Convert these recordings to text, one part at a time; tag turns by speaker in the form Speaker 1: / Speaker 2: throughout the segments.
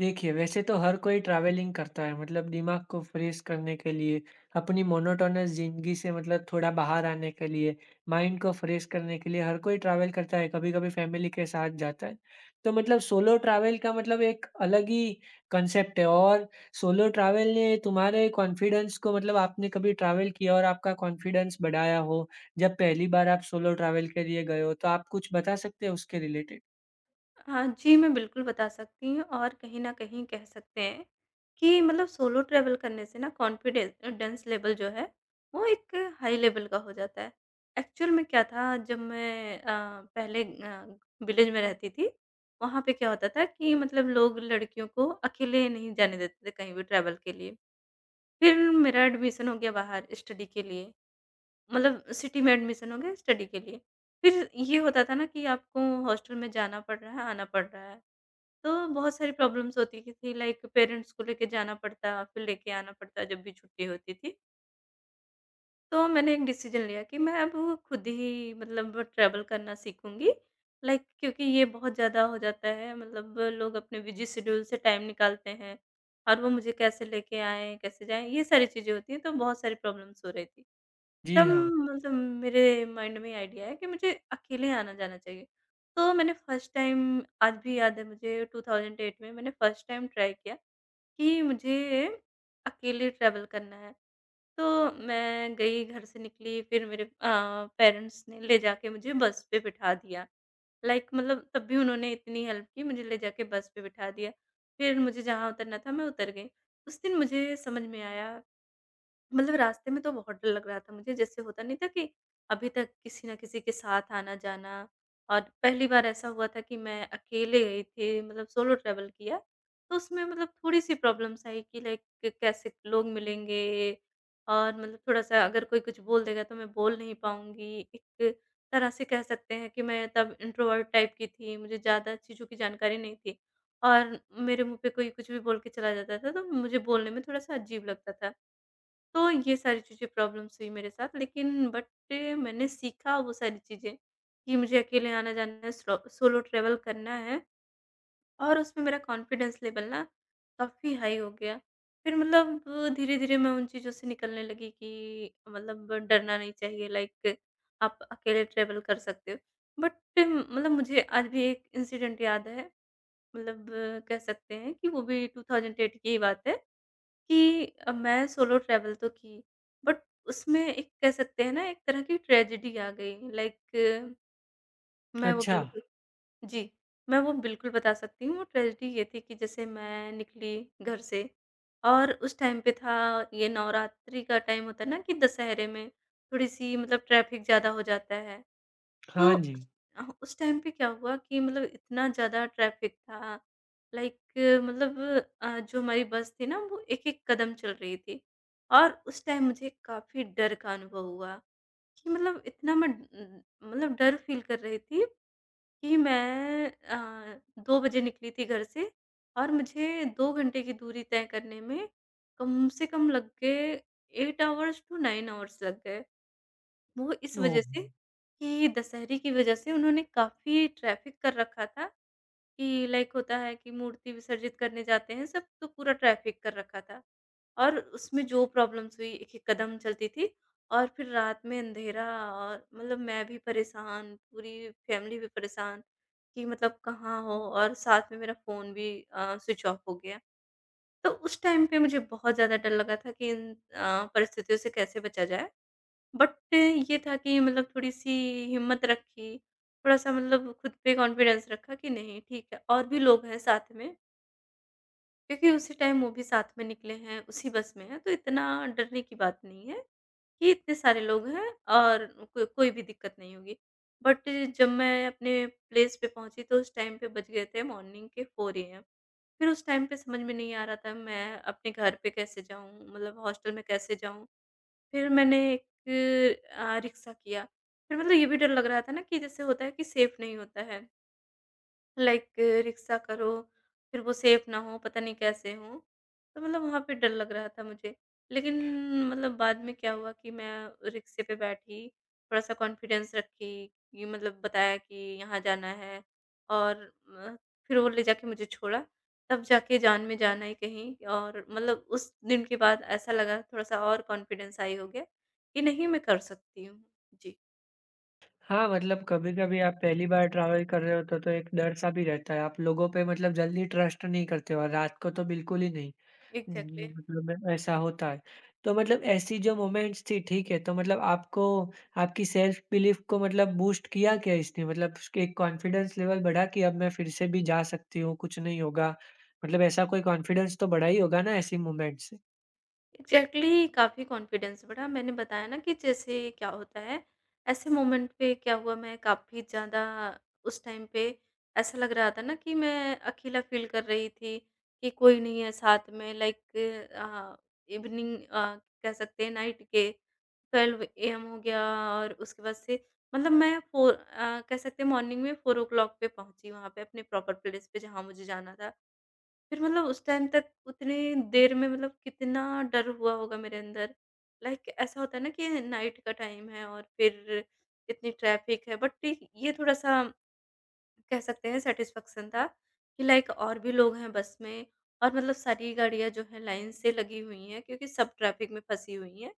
Speaker 1: देखिए, वैसे तो हर कोई ट्रैवलिंग करता है मतलब दिमाग को फ्रेश करने के लिए, अपनी मोनोटोनस ज़िंदगी से मतलब थोड़ा बाहर आने के लिए, माइंड को फ्रेश करने के लिए हर कोई ट्रैवल करता है, कभी-कभी फैमिली के साथ जाता है। तो मतलब सोलो ट्रैवल का मतलब एक अलग ही कॉन्सेप्ट है और सोलो ट्रैवल ने तुम्हारे कॉन्फिडेंस को मतलब आपने कभी ट्रैवल किया और आपका कॉन्फिडेंस बढ़ाया हो, जब पहली बार आप सोलो ट्रैवल के लिए गए हो, तो आप कुछ बता सकते हैं उसके रिलेटेड?
Speaker 2: हाँ जी, मैं बिल्कुल बता सकती हूँ और कहीं न कहीं कह सकते हैं कि मतलब सोलो ट्रैवल करने से ना कॉन्फिडेंस डेंस लेवल जो है, वो एक हाई लेवल का हो जाता है। एक्चुअल में क्या था जब मैं पहले विलेज में रहती थी, वहाँ पे क्या होता था कि मतलब लोग लड़कियों को अकेले नहीं जाने देते थे कहीं भी ट्रैवल के लिए। फिर मेरा एडमिशन हो गया बाहर स्टडी के लिए, मतलब सिटी में एडमिशन हो गया स्टडी के लिए। फिर ये होता था ना कि आपको हॉस्टल में जाना पड़ रहा है, आना पड़ रहा है। तो बहुत सारी प्रॉब्लम्स होती की थी, लाइक पेरेंट्स को लेके जाना पड़ता, फिर लेके आना पड़ता जब भी छुट्टी होती थी। तो मैंने एक डिसीज़न लिया कि मैं अब खुद ही मतलब ट्रैवल करना सीखूँगी। लाइक, क्योंकि ये बहुत ज़्यादा हो जाता है, मतलब लोग अपने बिज़ी शेड्यूल से टाइम निकालते हैं और वो मुझे कैसे लेके आएँ, कैसे जाएँ, ये सारी चीज़ें होती हैं, तो बहुत सारी प्रॉब्लम्स हो रही थी।
Speaker 1: जी
Speaker 2: तब
Speaker 1: हाँ।
Speaker 2: मतलब मेरे माइंड में आइडिया है कि मुझे अकेले आना-जाना चाहिए। तो मैंने फर्स्ट टाइम, आज भी याद है मुझे, 2008 में मैंने फर्स्ट टाइम ट्राई किया कि मुझे अकेले ट्रैवल करना है। तो मैं गई, घर से निकली, फिर मेरे पेरेंट्स ने ले जाके मुझे बस पे बिठा दिया। लाइक मतलब तब भी उन्होंने इतनी हेल्प की, मुझे ले जाके बस पे बिठा दिया। फिर मुझे जहाँ उतरना था मैं उतर गई। उस दिन मुझे समझ में आया, मतलब रास्ते में तो बहुत डर लग रहा था मुझे, जैसे होता नहीं था कि अभी तक किसी न किसी के साथ आना-जाना, और पहली बार ऐसा हुआ था कि मैं अकेले गई थी, मतलब सोलो ट्रैवल किया। तो उसमें मतलब थोड़ी-सी प्रॉब्लम्स आई कि लाइक कैसे लोग मिलेंगे, और मतलब थोड़ा-सा अगर कोई कुछ बोल देगा तो मैं बोल नहीं पाऊँगी। एक तरह से कह सकते हैं कि मैं तब इंट्रोवर्ट टाइप की थी, मुझे ज़्यादा चीज़ों की जानकारी नहीं थी, और मेरे मुँह पे कोई कुछ भी बोल के चला जाता था, तो मुझे बोलने में थोड़ा-सा अजीब लगता था। तो ये सारी चीज़ें प्रॉब्लम्स हुई मेरे साथ, लेकिन बट मैंने सीखा वो सारी चीज़ें कि मुझे अकेले आना-जाना है, स्लो सोलो ट्रैवल करना है, और उसमें मेरा कॉन्फिडेंस लेवल ना काफ़ी हाई हो गया। फिर मतलब धीरे-धीरे मैं उन चीज़ों से निकलने लगी कि मतलब डरना नहीं चाहिए, लाइक आप अकेले ट्रैवल कर सकते हो। बट मतलब मुझे आज भी एक इंसिडेंट याद है, मतलब कह सकते हैं कि वो भी 2008 की ही बात है। कि मैं सोलो ट्रैवल तो की, बट उसमें एक कह सकते हैं ना एक तरह की ट्रेजेडी आ गई, लाइक मैं वो
Speaker 1: अच्छा,
Speaker 2: बिल्कुल जी, मैं वो बिल्कुल बता सकती हूँ। वो ट्रेजेडी ये थी कि जैसे मैं निकली घर से, और उस टाइम पे था, ये नवरात्रि का टाइम होता है ना कि दशहरे में थोड़ी-सी मतलब ट्रैफिक ज़्यादा हो जाता है।
Speaker 1: हाँ
Speaker 2: तो
Speaker 1: जी।
Speaker 2: उस उस टाइम पे क्या हुआ कि मतलब इतना ज़्यादा ट्रैफ़िक था, लाइक मतलब जो हमारी बस थी ना वो एक-एक कदम चल रही थी, और उस टाइम मुझे काफ़ी डर का अनुभव हुआ कि मतलब इतना मैं मतलब डर फ़ील कर रही थी कि मैं 2 बजे निकली थी घर से, और मुझे 2 घंटे की दूरी तय करने में कम से कम लग गए 8 आवर्स टू 9 आवर्स लग गए। वो इस
Speaker 1: ओह!
Speaker 2: वज़ह से कि दशहरे की वज़ह से उन्होंने काफ़ी ट्रैफ़िक कर रखा था, कि लाइक होता है कि मूर्ति विसर्जित करने जाते हैं सब, तो पूरा ट्रैफ़िक कर रखा था। और उसमें जो प्रॉब्लम्स हुई, एक-एक कदम चलती थी, और फिर रात में अंधेरा, और मतलब मैं भी परेशान, पूरी फ़ैमिली भी परेशान कि मतलब कहाँ हो, और साथ में मेरा फ़ोन भी स्विच ऑफ हो गया। तो उस टाइम पे मुझे बहुत ज़्यादा डर लगा था कि इन परिस्थितियों से कैसे बचा जाए। बट ये था कि मतलब थोड़ी-सी हिम्मत रखी, थोड़ा-सा मतलब खुद पे कॉन्फिडेंस रखा कि नहीं ठीक है, और भी लोग हैं साथ में, क्योंकि उसी टाइम वो भी साथ में निकले हैं, उसी बस में हैं, तो इतना डरने की बात नहीं है कि इतने सारे लोग हैं और को कोई भी दिक्कत नहीं होगी। बट जब मैं अपने प्लेस पे पहुँची तो उस टाइम पे बज गए थे मॉर्निंग के 4 एएम। फिर उस टाइम पे समझ में नहीं आ रहा था मैं अपने घर पे कैसे जाऊँ, मतलब हॉस्टल में कैसे जाऊँ? फिर मैंने एक रिक्शा किया। फिर मतलब ये भी डर लग रहा था ना कि जैसे होता है कि सेफ नहीं होता है। लाइक रिक्शा करो, फिर वो सेफ ना हो, पता नहीं कैसे हों। तो मतलब वहाँ पे डर लग रहा था मुझे। लेकिन मतलब बाद में क्या हुआ कि मैं रिक्शे पे बैठी, थोड़ा-सा कॉन्फिडेंस रखी, ये मतलब बताया कि यहाँ जाना है, और अ, फिर वो ले जाके मुझे छोड़ा, तब जाके जान में जान आई कहीं, और मतलब उस दिन के बाद ऐसा लगा थोड़ा-सा, और कॉन्फिडेंस हाई हो गया कि नहीं मैं कर सकती हूँ। जी,
Speaker 1: हाँ, मतलब कभी-कभी आप पहली बार ट्रैवल कर रहे हो तो एक डर-सा भी रहता है। आप लोगों पे मतलब जल्दी ट्रस्ट नहीं करते हो और रात को तो बिल्कुल ही नहीं।
Speaker 2: एग्ज़ैक्टली।
Speaker 1: मतलब ऐसा होता है। तो मतलब ऐसी जो मोमेंट्स थी ठीक है, तो मतलब आपको आपकी सेल्फ बिलीफ को मतलब बूस्ट किया क्या इसने? मतलब उसके एक कॉन्फिडेंस लेवल बढ़ा कि अब मैं फिर से भी जा सकती हूँ, कुछ नहीं होगा। मतलब ऐसा कोई कॉन्फिडेंस तो बढ़ा ही होगा ना ऐसी मोमेंट्स से?
Speaker 2: एग्जैक्टली, काफ़ी कॉन्फिडेंस बढ़ा, मैंने बताया ना कि जैसे क्या होता है, ऐसे मोमेंट पे क्या हुआ, मैं काफ़ी ज़्यादा उस टाइम पे ऐसा लग रहा था ना कि मैं अकेला फील कर रही थी कि कोई नहीं है साथ में, लाइक इवनिंग कह सकते हैं नाइट के 12 AM हो गया, और उसके बाद से मतलब मैं फोर कह सकते हैं मॉर्निंग में 4 o'clock पे पहुंची वहां पे अपने प्रॉपर प्लेस पे जहाँ मुझे जाना था। फिर मतलब उस टाइम तक उतनी देर में मतलब कितना डर हुआ होगा मेरे अंदर। लाइक ऐसा होता है ना कि नाइट का टाइम है और फिर इतनी ट्रैफ़िक है, बट ठीक ये थोड़ा-सा कह सकते हैं सैटिस्फैक्शन था कि लाइक और भी लोग हैं बस में, और मतलब सारी गाड़ियाँ जो हैं लाइन से लगी हुई हैं क्योंकि सब ट्रैफ़िक में फँसी हुई हैं।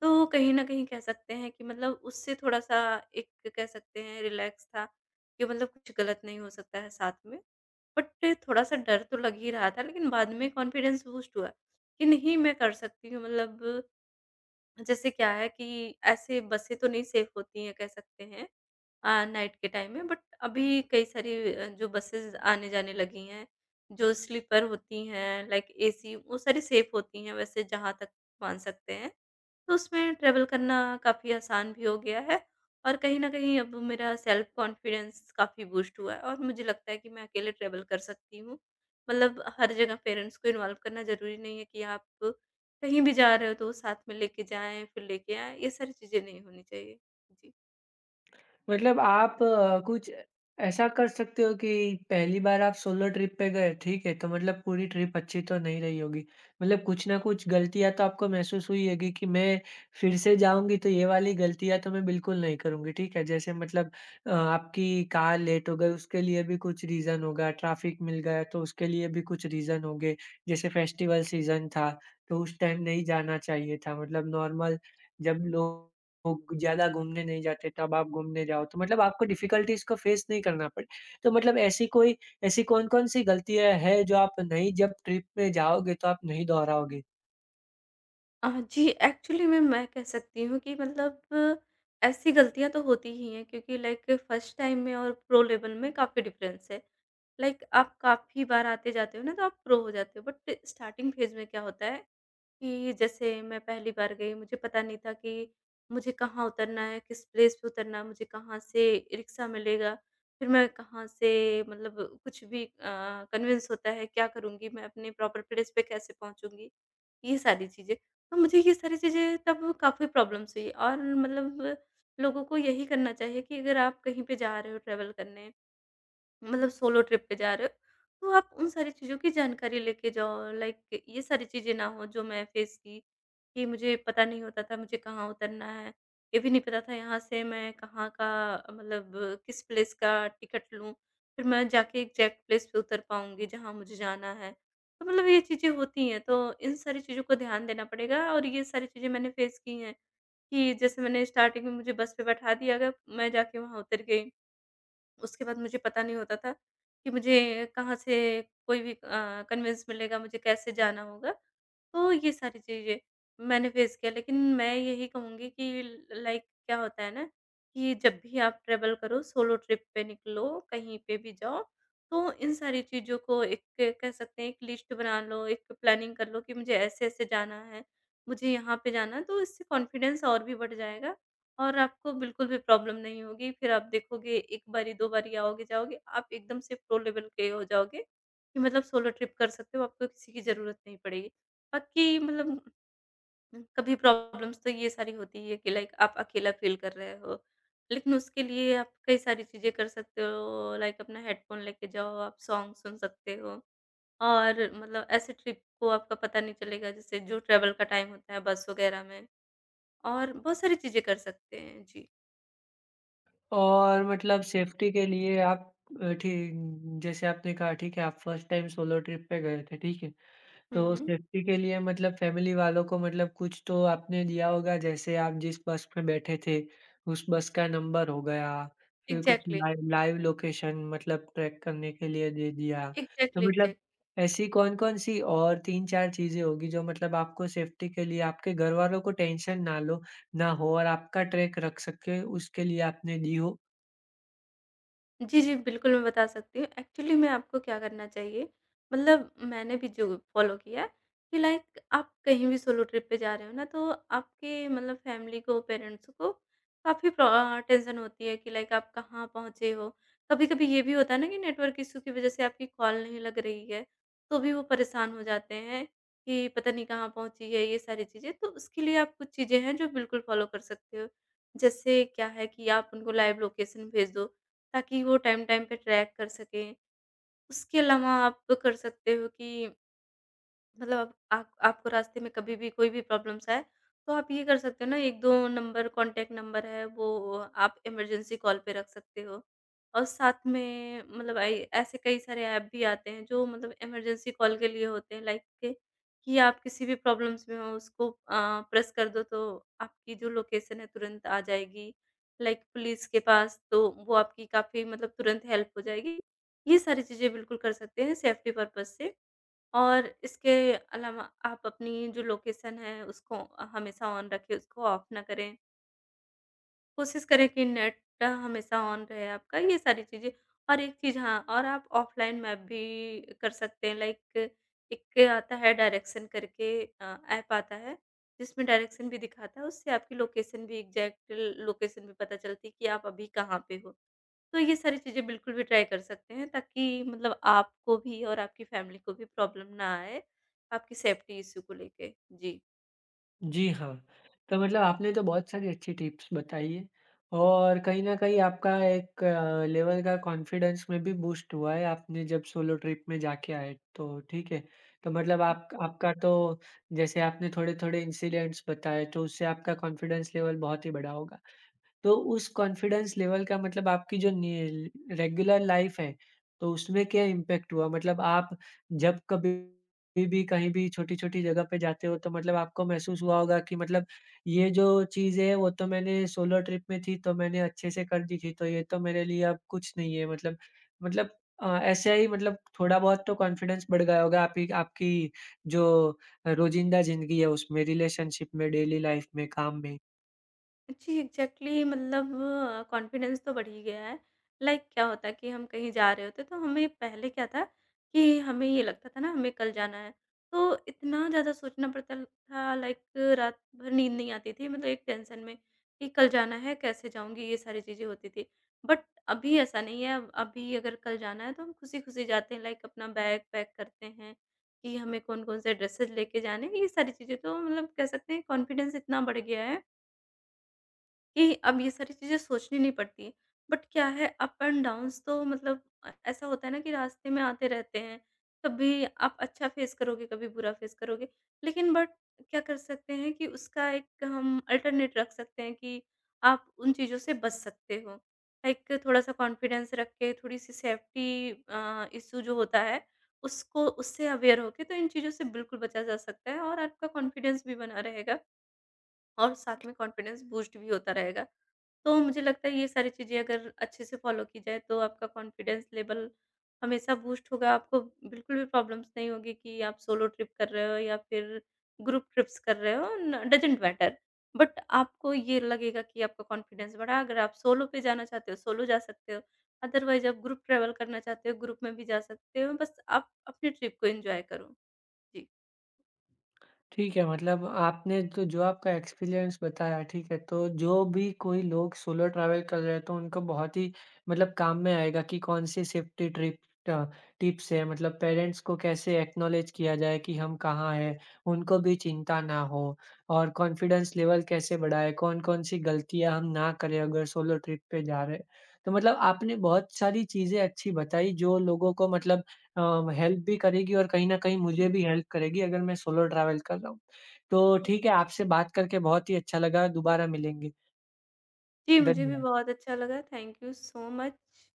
Speaker 2: तो कहीं न कहीं कह सकते हैं कि मतलब उससे थोड़ा-सा एक कह सकते हैं रिलैक्स था, कि मतलब कुछ गलत नहीं हो सकता है साथ में। बट थोड़ा-सा डर तो लग ही रहा था, लेकिन बाद में कॉन्फिडेंस बूस्ट हुआ कि नहीं मैं कर सकती हूँ, मतलब जैसे क्या है कि ऐसे बसें तो नहीं सेफ होती हैं कह सकते हैं नाइट के टाइम में, बट अभी कई सारी जो बसेज़ आने-जाने लगी हैं, जो स्लीपर होती हैं लाइक एसी, वो सारी सेफ होती हैं वैसे जहाँ तक मान सकते हैं। तो उसमें ट्रैवल करना काफ़ी आसान भी हो गया है, और कहीं न कहीं अब मेरा सेल्फ कॉन्फिडेंस काफ़ी बूस्ट हुआ है और मुझे लगता है कि मैं अकेले ट्रैवल कर सकती हूँ। मतलब हर जगह पेरेंट्स को इन्वॉल्व करना ज़रूरी नहीं है कि आप कहीं भी जा रहे हो तो वो साथ में लेके जाएँ, फिर लेके आएँ, ये सारी चीज़ें नहीं होनी चाहिए। जी।
Speaker 1: मतलब आप कुछ ऐसा कर सकते हो कि पहली बार आप सोलो ट्रिप पे गए, ठीक है? तो मतलब पूरी ट्रिप अच्छी तो नहीं रही होगी। मतलब कुछ ना कुछ गलतियाँ तो आपको महसूस हुई होगी कि मैं फिर से जाऊँगी तो ये वाली गलतियाँ तो मैं बिल्कुल नहीं करूँगी, ठीक है? जैसे मतलब आपकी कार लेट हो गई उसके लिए भी कुछ रीज़न होगा, ट्रैफिक मिल गया तो उसके लिए भी कुछ रीज़न होंगे। जैसे फेस्टिवल सीज़न था, तो उस टाइम नहीं जाना चाहिए था। मतलब नॉर्मल जब लोग लोग ज़्यादा घूमने नहीं जाते, तब आप घूमने जाओ। तो मतलब आपको डिफ़िकल्टीज़ को फ़ेस नहीं करना पड़े। तो मतलब ऐसी कोई ऐसी कौन-कौन सी गलतियाँ हैं जो आप नहीं जब ट्रिप पे जाओगे तो आप नहीं दोहराओगे?
Speaker 2: जी, एक्चुअली में मैं कह सकती हूँ कि मतलब ऐसी गलतियाँ तो होती ही हैं क्योंकि लाइक फर्स्ट टाइम में और प्रो लेवल में काफ़ी डिफ़रेंस है। लाइक आप काफ़ी बार आते-जाते हो ना, तो आप प्रो हो जाते हो। बट स्टार्टिंग फेज़ में क्या होता है कि जैसे मैं पहली बार गई, मुझे पता नहीं था कि मुझे कहाँ उतरना है, किस प्लेस पे उतरना है, मुझे कहाँ से रिक्शा मिलेगा, फिर मैं कहाँ से मतलब कुछ भी कन्विंस होता है, क्या करूँगी, मैं अपने प्रॉपर प्लेस पे कैसे पहुँचूँगी, ये सारी चीज़ें। तो मुझे ये सारी चीज़ें तब काफ़ी प्रॉब्लम्स हुई, और मतलब लोगों को यही करना चाहिए कि अगर आप कहीं पे जा रहे हो ट्रैवल करने, मतलब सोलो ट्रिप पे जा रहे हो, तो आप उन सारी चीज़ों की जानकारी लेके जाओ। लाइक ये सारी चीज़ें ना हो जो मैं फेस की, कि मुझे पता नहीं होता था मुझे कहाँ उतरना है। ये भी नहीं पता था यहाँ से मैं कहाँ का, मतलब किस प्लेस का टिकट लूँ, फिर मैं जाके एग्ज़ैक्ट प्लेस पे उतर पाऊँगी जहाँ मुझे जाना है। तो मतलब ये चीज़ें होती हैं, तो इन सारी चीज़ों को ध्यान देना पड़ेगा, और ये सारी चीज़ें मैंने फेस की हैं, कि जैसे मैंने स्टार्टिंग में मुझे बस पे बैठा दिया गया, मैं जाके वहाँ उतर गई। उसके बाद मुझे पता नहीं होता था कि मुझे कहाँ से कोई भी कन्वेंस मिलेगा, मुझे कैसे जाना होगा। तो ये सारी चीज़ें मैंने फ़ेस किया, लेकिन मैं यही कहूँगी कि ल लाइक क्या होता है ना, कि जब भी आप ट्रैवल करो, सोलो ट्रिप पे निकलो, कहीं पे भी जाओ, तो इन सारी चीज़ों को, एक कह सकते हैं, एक लिस्ट बना लो, एक प्लानिंग कर लो कि मुझे ऐसे-ऐसे जाना है, मुझे यहाँ पे जाना है, तो इससे कॉन्फिडेंस और भी बढ़ जाएगा और आपको बिल्कुल भी प्रॉब्लम नहीं होगी। फिर आप देखोगे 1 बारी, 2 बारी आओगे-जाओगे, आप एकदम से प्रो लेवल के हो जाओगे कि मतलब सोलो ट्रिप कर सकते हो, आपको किसी की ज़रूरत नहीं पड़ेगी। बाकी मतलब कभी प्रॉब्लम्स तो ये सारी होती है कि लाइक आप अकेला फ़ील कर रहे हो। लेकिन उसके लिए आप कई सारी चीज़ें कर सकते हो लाइक अपना हेडफ़ोन लेके जाओ, आप सॉन्ग सुन सकते हो और मतलब ऐसे ट्रिप को आपका पता नहीं चलेगा जैसे जो ट्रैवल का टाइम होता है बस वग़ैरह में और बहुत सारी चीज़ें कर सकते हैं। जी।
Speaker 1: और मतलब सेफ्टी के लिए आप अ, ठी जैसे आपने कहा ठीक है, आप फर्स्ट टाइम सोलो ट्रिप पे गए थे, ठीक है।
Speaker 2: हुँ,
Speaker 1: तो
Speaker 2: हुँ।
Speaker 1: सेफ्टी के लिए मतलब फैमिली वालों को मतलब कुछ तो आपने दिया होगा, जैसे आप जिस बस में बैठे थे, उस बस का नंबर हो गया, फिर कुछ
Speaker 2: एग्ज़ैक्टली,
Speaker 1: लाइव लाइव लोकेशन मतलब ट्रैक करने के लिए दे दिया। तो
Speaker 2: एग्ज़ैक्टली,
Speaker 1: मतलब
Speaker 2: एग्ज़ैक्टली।
Speaker 1: ऐसी कौन-कौन सी और 3-4 चीज़ें होगी जो मतलब आपको सेफ्टी के लिए आपके घरवालों को टेंशन ना लो ना हो और आपका ट्रैक रख सके उसके लिए आपने दी हो?
Speaker 2: जी, जी, बिल्कुल मैं बता सकती हूँ। एक्चुअली में आपको क्या करना चाहिए, मतलब मैंने भी जो फ़ॉलो किया है कि लाइक आप कहीं भी सोलो ट्रिप पे जा रहे हो ना, तो आपके मतलब फ़ैमिली को, पेरेंट्स को काफ़ी प्रो टेंशन होती है कि लाइक आप कहाँ पहुँचे हो। कभी-कभी ये भी होता है ना कि नेटवर्क इश्यू की वज़ह से आपकी कॉल नहीं लग रही है, तो भी वो परेशान हो जाते हैं कि पता नहीं कहाँ पहुँची है, ये सारी चीज़ें। तो उसके लिए आप कुछ चीज़ें हैं जो बिल्कुल फ़ॉलो कर सकते हो। जैसे क्या है कि आप उनको लाइव लोकेशन भेज दो ताकि वो टाइम टाइम पे ट्रैक कर सकें। उसके अलावा आप कर सकते हो कि मतलब आप आपको रास्ते में कभी भी कोई भी प्रॉब्लम्स आए, तो आप ये कर सकते हो ना 1-2 नंबर कॉन्टैक्ट नंबर है वो आप इमरजेंसी कॉल पे रख सकते हो। और साथ में मतलब ऐ ऐसे कई सारे ऐप भी आते हैं जो मतलब इमरजेंसी कॉल के लिए होते हैं लाइक के कि आप किसी भी प्रॉब्लम्स में हो उसको प्रेस कर दो तो आपकी जो लोकेशन है तुरंत आ जाएगी। लाइक पुलिस के पास तो वो आपकी काफ़ी मतलब तुरंत हेल्प हो जाएगी। ये सारी चीज़ें बिल्कुल कर सकते हैं सेफ्टी पर्पज़ से। और इसके अलावा आप अपनी जो लोकेशन है उसको हमेशा ऑन रखें, उसको ऑफ ना करें। कोशिश करें कि नेट हमेशा ऑन रहे आपका, ये सारी चीज़ें। और एक चीज़ हाँ और आप ऑफ़लाइन मैप भी कर सकते हैं लाइक एक आता है डायरेक्शन करके ऐप आता है, जिसमें डायरेक्शन भी दिखाता है, उससे आपकी लोकेशन भी एग्ज़ैक्ट लोकेशन भी पता चलती है कि आप अभी कहाँ पे हो। तो ये सारी चीज़ें बिल्कुल भी ट्राई कर सकते हैं ताकि मतलब आपको भी और आपकी फैमिली को भी प्रॉब्लम ना आए, आपकी सेफ्टी इश्यू को लेके। जी।
Speaker 1: जी हाँ, तो मतलब आपने तो बहुत सारी अच्छी टिप्स बताई है और कहीं न कहीं आपका एक लेवल का कॉन्फिडेंस में भी बूस्ट हुआ है, आपने जब सोलो ट्रिप में जाके आए तो, ठीक है? तो मतलब आप
Speaker 2: हुँ।
Speaker 1: आपका तो जैसे आपने थोड़े-थोड़े इंसिडेंट्स बताए, तो उससे आपका कॉन्फिडेंस लेवल बहुत ही बढ़ा होगा। तो उस कॉन्फिडेंस लेवल का मतलब आपकी जो नि रेगुलर लाइफ़ है, तो उसमें क्या इम्पैक्ट हुआ? मतलब आप जब कभी भी कहीं भी छोटी-छोटी जगह पे जाते हो तो मतलब आपको महसूस हुआ होगा कि मतलब ये जो चीज़ है वो तो मैंने सोलो ट्रिप में थी तो मैंने अच्छे से कर दी थी, तो ये तो मेरे लिए अब कुछ नहीं है मतलब ऐसे ही मतलब थोड़ा बहुत तो कॉन्फिडेंस बढ़ गया होगा आपकी आपकी जो रोज़िंदा ज़िंदगी है उसमें, रिलेशनशिप में, डेली लाइफ़ में, काम में।
Speaker 2: जी, एग्ज़ैक्टली मतलब कॉन्फिडेंस तो बढ़ ही गया है। Like, क्या होता है कि हम कहीं जा रहे होते हैं, तो हमें पहले क्या था कि हमें ये लगता था ना हमें कल जाना है, तो इतना ज़्यादा सोचना पड़ता था लाइक रात भर नींद नहीं आती थी मतलब एक टेंशन में कि कल जाना है, कैसे जाऊँगी ये सारी चीज़ें होती थी। बट अभी ऐसा नहीं है अब अभी अगर कल जाना है तो हम खुशी-खुशी जाते हैं लाइक अपना बैग पैक करते हैं कि हमें कौन-कौन से ड्रेसेज़ लेके जाने हैं, ये सारी चीज़ें तो मतलब कह सकते हैं कॉन्फिडेंस इतना बढ़ गया है कि अब ये सारी चीज़ें सोचनी नहीं पड़ती। बट क्या है अप एंड डाउन्स तो मतलब ऐसा होता है ना कि रास्ते में आते रहते हैं। कभी आप अच्छा फेस करोगे, कभी बुरा फेस करोगे। लेकिन बट क्या कर सकते हैं कि उसका एक हम अल्टरनेट रख सकते हैं कि आप उन चीज़ों से बच सकते हो। एक थोड़ा-सा कॉन्फिडेंस रख के, थोड़ी-सी सेफ्टी इश्यू जो होता है, उसको उससे अवेयर होके तो इन चीज़ों से बिल्कुल बचा जा सकता है और आपका कॉन्फिडेंस भी बना रहेगा और साथ में कॉन्फिडेंस बूस्ट भी होता रहेगा। तो मुझे लगता है ये सारी चीज़ें अगर अच्छे से फ़ॉलो की जाए तो आपका कॉन्फिडेंस लेवल हमेशा बूस्ट होगा, आपको बिल्कुल भी प्रॉब्लम्स नहीं होगी कि आप सोलो ट्रिप कर रहे हो या फिर ग्रुप ट्रिप्स कर रहे हो न डज़न्ट मैटर। बट आपको ये लगेगा कि आपका कॉन्फिडेंस बढ़ा, अगर आप सोलो पे जाना चाहते हो, सोलो जा सकते हो, अदरवाइज़ आप ग्रुप ट्रैवल करना चाहते हो, ग्रुप में भी जा सकते हो, बस आप अपनी ट्रिप को एन्जॉय करो। जी।
Speaker 1: ठीक है, मतलब आपने तो जो आपका एक्सपीरियंस बताया, ठीक है, तो जो भी कोई लोग सोलो ट्रैवल कर रहे हैं, तो उनको बहुत ही मतलब काम में आएगा कि कौन सी सेफ्टी ट्रिप अ, टिप्स है, मतलब पेरेंट्स को कैसे एक्नॉलेज किया जाए कि हम कहाँ हैं, उनको भी चिंता ना हो और कॉन्फिडेंस लेवल कैसे बढ़ाएँ, कौन-कौन सी गलतियाँ हम ना करें अगर सोलो ट्रिप पे जा रहे हैं। तो मतलब आपने बहुत सारी चीज़ें अच्छी बताई, जो लोगों को मतलब अ, हेल्प भी करेगी और कहीं न कहीं मुझे
Speaker 2: हुँ।
Speaker 1: भी हेल्प करेगी अगर मैं सोलो ट्रैवल कर रहा हूँ। तो ठीक है, आपसे बात करके बहुत ही अच्छा लगा, दोबारा मिलेंगे।
Speaker 2: जी, मुझे भी
Speaker 1: धन्यवाद।
Speaker 2: बहुत अच्छा लगा, थैंक यू सो मच।